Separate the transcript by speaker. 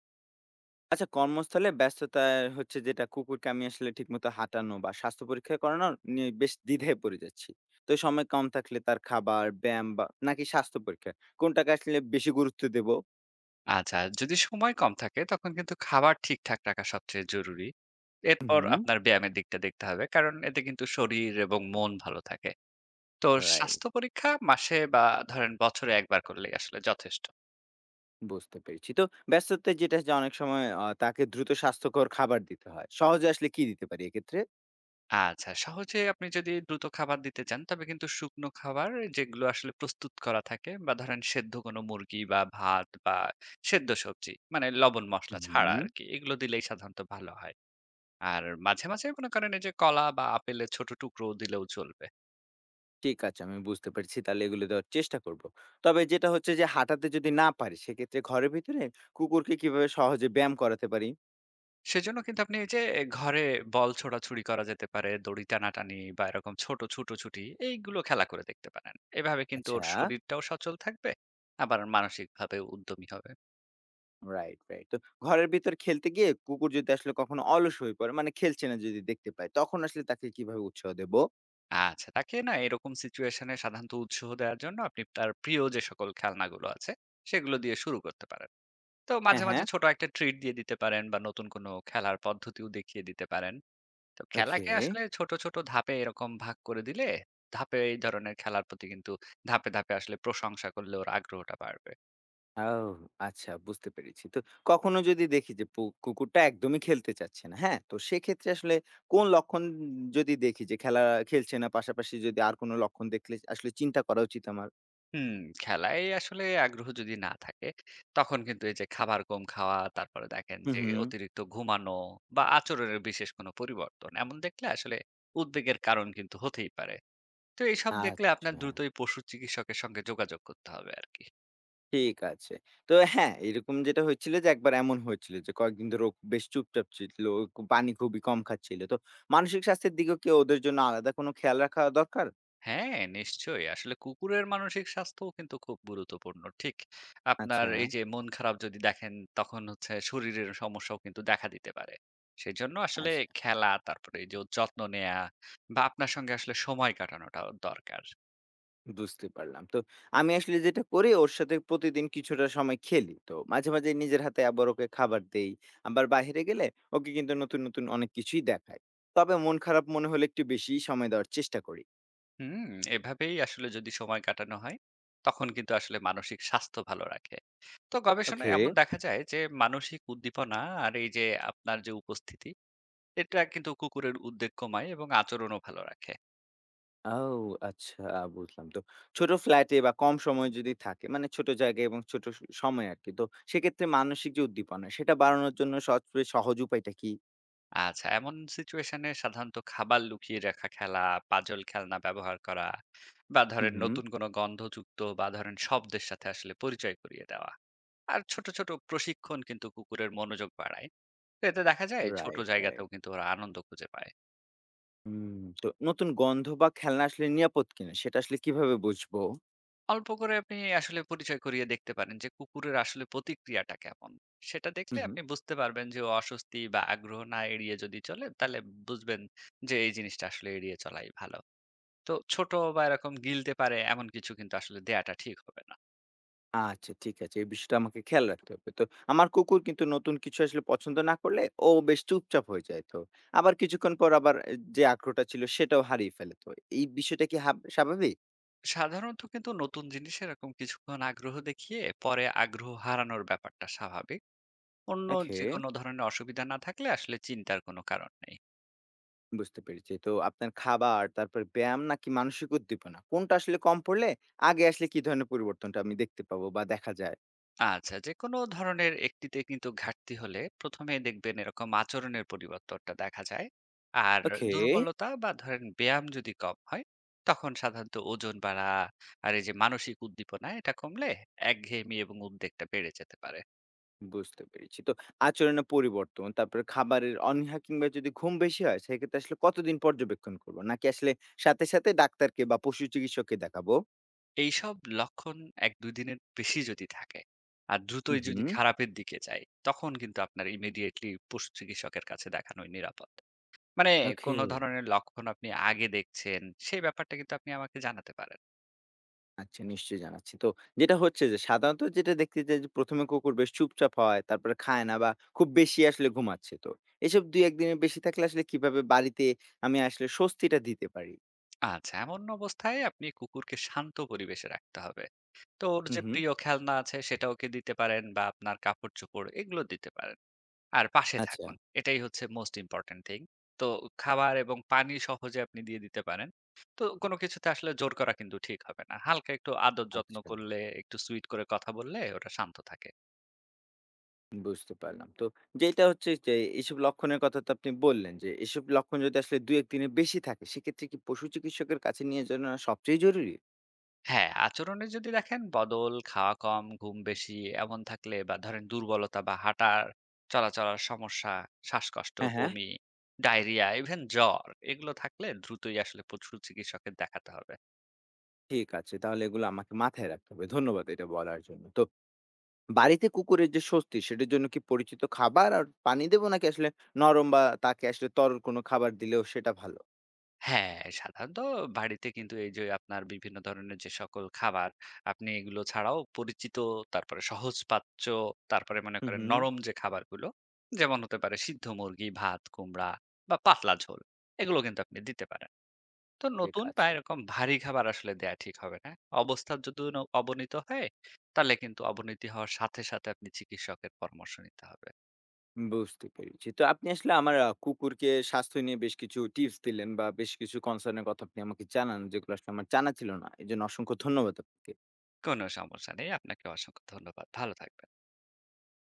Speaker 1: আচ্ছা, কর্মস্থলে ব্যস্ততায় হচ্ছে যেটা কুকুরকে আমি আসলে ঠিকমতো হাঁটানো বা স্বাস্থ্য পরীক্ষা করানোর নিয়ে বেশ দ্বিধায় পড়ে যাচ্ছি। তো সময় কম থাকলে তার খাবার, ব্যায়াম বা নাকি স্বাস্থ্য পরীক্ষা কোনটাকে আসলে বেশি গুরুত্ব দেব?
Speaker 2: আচ্ছা, যদি সময় কম থাকে তখন কিন্তু খাবার ঠিকঠাক রাখা সবচেয়ে জরুরি। এরপর
Speaker 1: হুম,
Speaker 2: আপনার ব্যায়ামের দিকটা দেখতে হবে। কারণ এতে কিন্তু শরীর এবং মন ভালো থাকে। তো
Speaker 1: রাইট।
Speaker 2: স্বাস্থ্য পরীক্ষা মাসে বা ধরেন বছরে ১ বার করলেই আসলে যথেষ্ট।
Speaker 1: বুঝতে পেরেছি। তো ব্যস্ততায় যেটা যে অনেক সময় তাকে দ্রুত স্বাস্থ্যকর খাবার দিতে হয়। সহজে আসলে কি দিতে পারি এক্ষেত্রে?
Speaker 2: আচ্ছা, সহজে আপনি যদি দ্রুত খাবার দিতে চান তবে কিন্তু শুকনো খাবার যেগুলো আসলে প্রস্তুত করা থাকে বা ধরেন সেদ্ধ কোনো মুরগি বা ভাত বা সেদ্ধ সবজি মানে লবণ মসলা ছাড়া
Speaker 1: হুম।
Speaker 2: আরকি এগুলো দিলেই সাধারণত ভালো হয়। আর মাঝে মাঝে মনে করেন এই যে কলা বা আপেলের ছোট টুকরো দিলেও চলবে।
Speaker 1: ঠিক আছে, আমি বুঝতে পেরেছি। তাহলে এগুলো দেওয়ার চেষ্টা করব। তবে যেটা হচ্ছে যে হাঁটাতে যদি না পারি সেক্ষেত্রে ঘরের ভিতরে কুকুরকে কিভাবে সহজে ব্যায়াম করাতে পারি?
Speaker 2: সেজন্য কিন্তু আপনি এই যে ঘরে বল ছোড়াছুড়ি করা যেতে পারে, দড়ি টানাটানি বা এরকম ছোট ছুটোছুটি এইগুলো খেলা করে দেখতে পারেন। এভাবে কিন্তু ওর
Speaker 1: আচ্ছা।
Speaker 2: শরীরটাও সচল থাকবে, আবার মানসিকভাবেও উদ্যমী হবে।
Speaker 1: Right, right. তো ঘরের ভিতর খেলতে গিয়ে কুকুর যদি আসলে কখনো অলস হয়ে পড়ে, মানে খেলছে না যদি দেখতে পায়, তখন আসলে তাকে কিভাবে উৎসাহ দেব?
Speaker 2: আচ্ছা, তাকে না এরকম সিচুয়েশন এ সাধারণত উৎসাহ দেওয়ার জন্য আপনি তার প্রিয় যে সকল খেলনাগুলো আছে, সেগুলো দিয়ে শুরু করতে পারেন। তো মাঝে,
Speaker 1: হ্যাঁ,
Speaker 2: মাঝে
Speaker 1: হ্যাঁ।
Speaker 2: ছোট একটা ট্রিট দিয়ে দিতে পারেন বা নতুন কোনো খেলার পদ্ধতিও দেখিয়ে দিতে পারেন। তো
Speaker 1: ওকে।
Speaker 2: খেলাকে আসলে ছোট, ছোট ধাপে এরকম ভাগ করে দিলে, ধাপে এই ধরনের খেলার প্রতি কিন্তু ধাপে, ধাপে আসলে প্রশংসা করলে ওর আগ্রহটা বাড়বে।
Speaker 1: আও আচ্ছা, বুঝতে পেরেছি। তো কখনো যদি দেখি যে কুকুরটা একদমই খেলতে চাচ্ছে না, হ্যাঁ? তো সেক্ষেত্রে আসলে কোন লক্ষণ যদি দেখি যে খেলছে না, পাশাপাশি যদি আর কোন লক্ষণ দেখলে আসলে চিন্তা করা উচিত আমার?
Speaker 2: হুম, খেলায় আসলে আগ্রহ যদি না থাকে, তখন কিন্তু এই যে খাবার কম খাওয়া, তারপরে দেখেন
Speaker 1: হুম,
Speaker 2: যে
Speaker 1: হুম।
Speaker 2: অতিরিক্ত ঘুমানো বা আচরণের বিশেষ কোনো পরিবর্তন, এমন দেখলে আসলে উদ্বেগের কারণ কিন্তু হতেই পারে। তো এইসব দেখলে আপনার
Speaker 1: আচ্ছা।
Speaker 2: দ্রুতই পশু চিকিৎসকের সঙ্গে যোগাযোগ করতে হবে আরকি।
Speaker 1: ঠিক আছে। তো হ্যাঁ, এরকম যেটা হয়েছিল যে একবার এমন হয়েছিল যে কয়েকদিন ধরে ও বেশ চুপচাপ ছিল। পানি খুবই কম খাচ্ছিল। তো মানসিক স্বাস্থ্যের দিকেও কি ওদের জন্য আলাদা কোনো খেয়াল রাখা দরকার?
Speaker 2: হ্যাঁ, নিশ্চয়ই। আসলে কুকুরের মানসিক স্বাস্থ্যও কিন্তু খুব গুরুত্বপূর্ণ। ঠিক আপনার
Speaker 1: আচ্ছা।
Speaker 2: এই যে মন খারাপ যদি দেখেন, তখন হচ্ছে শরীরের সমস্যাও কিন্তু দেখা দিতে পারে। সেজন্য আসলে
Speaker 1: আচ্ছা,
Speaker 2: খেলা, তারপরে এই যে ওর যত্ন নেয়া বা আপনার সঙ্গে আসলে সময় কাটানোটা ওর দরকার।
Speaker 1: বুঝতে পারলাম। তো আমি আসলে যেটা করি ওর সাথে প্রতিদিন কিছুটা সময় খেলি। তো মাঝে, মাঝে নিজের হাতে আবার ওকে খাবার দেই। আবার বাইরে গেলে ওকে কিন্তু নতুন, নতুন অনেক কিছুই দেখাই। তবে মন খারাপ মনে হলে একটু বেশিই সময় দেওয়ার চেষ্টা করি।
Speaker 2: হুম, এভাবেই আসলে যদি সময় কাটানো হয়, তখন কিন্তু আসলে মানসিক স্বাস্থ্য ভালো রাখে। তো
Speaker 1: ওকে।
Speaker 2: গবেষণায় এমন দেখা যায় যে মানসিক উদ্দীপনা আর এই যে আপনার যে উপস্থিতি, এটা কিন্তু কুকুরের উদ্বেগ কমায় এবং আচরণও ভালো রাখে।
Speaker 1: আও আচ্ছা, বুঝলাম। তো ছোট ফ্ল্যাটে বা কম সময় যদি থাকে মানে ছোট জায়গায় এবং ছোট সময় আরকি। তো সেক্ষেত্রে মানসিক যে উদ্দীপনা সেটা বাড়ানোর জন্য সবচেয়ে সহজ উপায়টা কি?
Speaker 2: আচ্ছা, এমন সিচুয়েশনে সাধারণত খাবার লুকিয়ে রাখা খেলা, পাজল খেলনা ব্যবহার করা বা
Speaker 1: হুম,
Speaker 2: ধরেন
Speaker 1: হুম।
Speaker 2: নতুন কোনো গন্ধযুক্ত বা ধরেন শব্দের সাথে আসলে পরিচয় করিয়ে দেওয়া। আর ছোট, ছোট প্রশিক্ষণ কিন্তু কুকুরের মনোযোগ বাড়ায়। তো এতে দেখা যায় ছোট
Speaker 1: রাইট,
Speaker 2: জায়গাতেও
Speaker 1: রাইট।
Speaker 2: কিন্তু ওরা আনন্দ খুঁজে পায়।
Speaker 1: হুম, তো নতুন গন্ধ বা খেলনা আসলে নিরাপদ কিনা সেটা আসলে কিভাবে বুঝবো?
Speaker 2: অল্প করে আপনি আসলে পরিচয় করিয়ে দেখতে পারেন যে কুকুরের আসলে প্রতিক্রিয়াটা কেমন। সেটা দেখলে
Speaker 1: হুম, হুম।
Speaker 2: আপনি বুঝতে পারবেন যে ও অস্বস্তি বা আগ্রহ না এড়িয়ে যদি চলে তাহলে বুঝবেন যে এই জিনিসটা আসলে এড়িয়ে চলাই ভালো। তো ছোট বা এরকম গিলতে পারে এমন কিছু কিন্তু আসলে দেয়াটা ঠিক হবে না।
Speaker 1: আচ্ছা, ঠিক আছে। এই বিষয়টা আমাকে খেয়াল রাখতে হবে। তো আমার কুকুর কিন্তু নতুন কিছু আসলে পছন্দ না করলে ও বেশ চুপচাপ হয়ে যায় তো। আবার কিছুক্ষণ পর যে আগ্রহটা ছিল সেটাও হারিয়ে ফেলে তো। এই বিষয়টা কি স্বাভাবিক?
Speaker 2: সাধারণত কিন্তু নতুন জিনিসে এরকম কিছুক্ষণ আগ্রহ দেখিয়ে পরে আগ্রহ হারানোর ব্যাপারটা স্বাভাবিক। অন্য
Speaker 1: ওকে।
Speaker 2: যেকোনো ধরনের অসুবিধা না থাকলে আসলে চিন্তার কোনো কারণ নেই।
Speaker 1: বুঝতে পেরেছি। তো আপনার খাবার, তারপর ব্যায়াম নাকি মানসিক উদ্দীপনা? কোনটা আসলে কম পড়লে আগে আসলে কি ধরনের পরিবর্তনটা আমি দেখতে পাবো বা দেখা যায়?
Speaker 2: আচ্ছা, যেকোনো ধরনের একটিতে কিন্তু ঘাটতি হলে প্রথমে দেখবেন এরকম আচরণের পরিবর্তনটা দেখা যায়। আর
Speaker 1: ওকে,
Speaker 2: দুর্বলতা বা ধরেন ব্যায়াম যদি কম হয়, তখন সাধারণত ওজন বাড়া আর এই যে মানসিক উদ্দীপনা এটা কমলে একঘেয়েমি এবং উদ্বেগটা বেড়ে যেতে পারে।
Speaker 1: বুঝতে পেরেছি। তো আচরণে পরিবর্তন, তারপরে খাবারের অনীহা কিংবা যদি ঘুম বেশি হয়, সেক্ষেত্রে আসলে কতদিন পর্যবেক্ষণ করব? নাকি আসলে সাথে, সাথে ডাক্তারকে বা পশু চিকিৎসককে দেখাবো?
Speaker 2: এইসব লক্ষণ ১-২ দিনের বেশি যদি থাকে আর
Speaker 1: হুম,
Speaker 2: দ্রুতই যদি
Speaker 1: হুম।
Speaker 2: খারাপের দিকে যায়, তখন কিন্তু আপনার ইমিডিয়েটলি পশু চিকিৎসকের কাছে দেখানোই নিরাপদ। মানে
Speaker 1: ওকে।
Speaker 2: কোন ধরনের লক্ষণ আপনি আগে দেখছেন, সেই ব্যাপারটা কিন্তু আপনি আমাকে জানাতে পারেন।
Speaker 1: আচ্ছা, নিশ্চয়ই জানাচ্ছি। তো যেটা হচ্ছে যে সাধারণত যেটা দেখতে যাই যে ১ম এ কুকুর বেশ চুপচাপ হয়, তারপরে খায় না বা খুব বেশি আসলে ঘুমাচ্ছে। তো এসব ২-১ দিনের বেশি থাকলে আসলে কিভাবে বাড়িতে আমি আসলে স্বস্তিটা দিতে পারি?
Speaker 2: আচ্ছা, এমন অবস্থায় আপনি কুকুরকে শান্ত পরিবেশে রাখতে হবে। তো ওর
Speaker 1: হুম,
Speaker 2: যে
Speaker 1: হুম।
Speaker 2: প্রিয় খেলনা আছে সেটা ওকে দিতে পারেন বা আপনার কাপড়-চোপড় এগুলো দিতে পারেন। আর পাশে
Speaker 1: আচ্ছা।
Speaker 2: থাকুন। এটাই হচ্ছে মোস্ট ইম্পোর্টেন্ট থিং। তো খাবার এবং পানি সহজে আপনি দিয়ে দিতে পারেন। তো কোন কিছুতে আসলে জোর করা কিন্তু ঠিক হবে না। হালকা একটু আদর যত্ন
Speaker 1: আচ্ছা,
Speaker 2: করলে, একটু সুইট করে কথা বললে ওটা শান্ত থাকে।
Speaker 1: বুঝতে পারলাম। তো যেটা হচ্ছে যে এসব লক্ষণের কথা তো আপনি বললেন যে এসব লক্ষণ যদি আসলে ২-১ দিনের বেশি থাকে সেক্ষেত্রে কি পশু চিকিৎসকের কাছে নিয়ে যাওয়া সবচেয়ে জরুরি?
Speaker 2: হ্যাঁ, আচরণে যদি দেখেন বদল, খাওয়া কম, ঘুম বেশি এমন থাকলে বা ধরেন দুর্বলতা বা হাঁটার, চলাচলার সমস্যা, শ্বাসকষ্ট,
Speaker 1: হ্যাঁ, হ্যাঁ।
Speaker 2: বমি, ডায়রিয়া, ইভেন জ্বর এগুলো থাকলে দ্রুতই আসলে পশু চিকিৎসকের দেখাতে হবে।
Speaker 1: ঠিক আছে, তাহলে এগুলো আমাকে মাথায় রাখতে হবে। ধন্যবাদ এটা বলার জন্য। তো বাড়িতে কুকুরের যে স্বস্তি সেটার জন্য কি পরিচিত খাবার আর পানি দেবো নাকি আসলে নরম বা তাকে আসলে তরল কোনো খাবার দিলেও সেটা ভালো?
Speaker 2: হ্যাঁ, সাধারণত বাড়িতে কিন্তু এই যে আপনার বিভিন্ন ধরনের যে সকল খাবার, আপনি এগুলো ছাড়াও পরিচিত, তারপরে সহজপাচ্য, তারপরে মনে
Speaker 1: হুম,
Speaker 2: করেন
Speaker 1: হুম।
Speaker 2: নরম যে খাবারগুলো, যেমন হতে পারে সিদ্ধ মুরগি, ভাত, কুমড়া বা পাতলা ঝোল, এগুলো কিন্তু আপনি দিতে পারেন। তো
Speaker 1: ঠিক
Speaker 2: নতুন বা
Speaker 1: আছে।
Speaker 2: এরকম ভারী খাবার আসলে দেয়া ঠিক হবে না। অবস্থা যদি অবনীত হয়, তাহলে কিন্তু অবনতি হওয়ার সাথে সাথে আপনি চিকিৎসকের পরামর্শ নিতে হবে।
Speaker 1: বুঝতে পেরেছি। তো আপনি আসলে আমার কুকুরকে স্বাস্থ্য নিয়ে বেশ কিছু টিপস দিলেন বা বেশ কিছু কনসার্ন এর কথা আপনি আমাকে জানান যেগুলো আসলে আমার জানা ছিল না। এজন্য অসংখ্য ধন্যবাদ আপনাকে।
Speaker 2: কোনো সমস্যা নেই। আপনাকে অসংখ্য ধন্যবাদ। ভালো থাকবেন।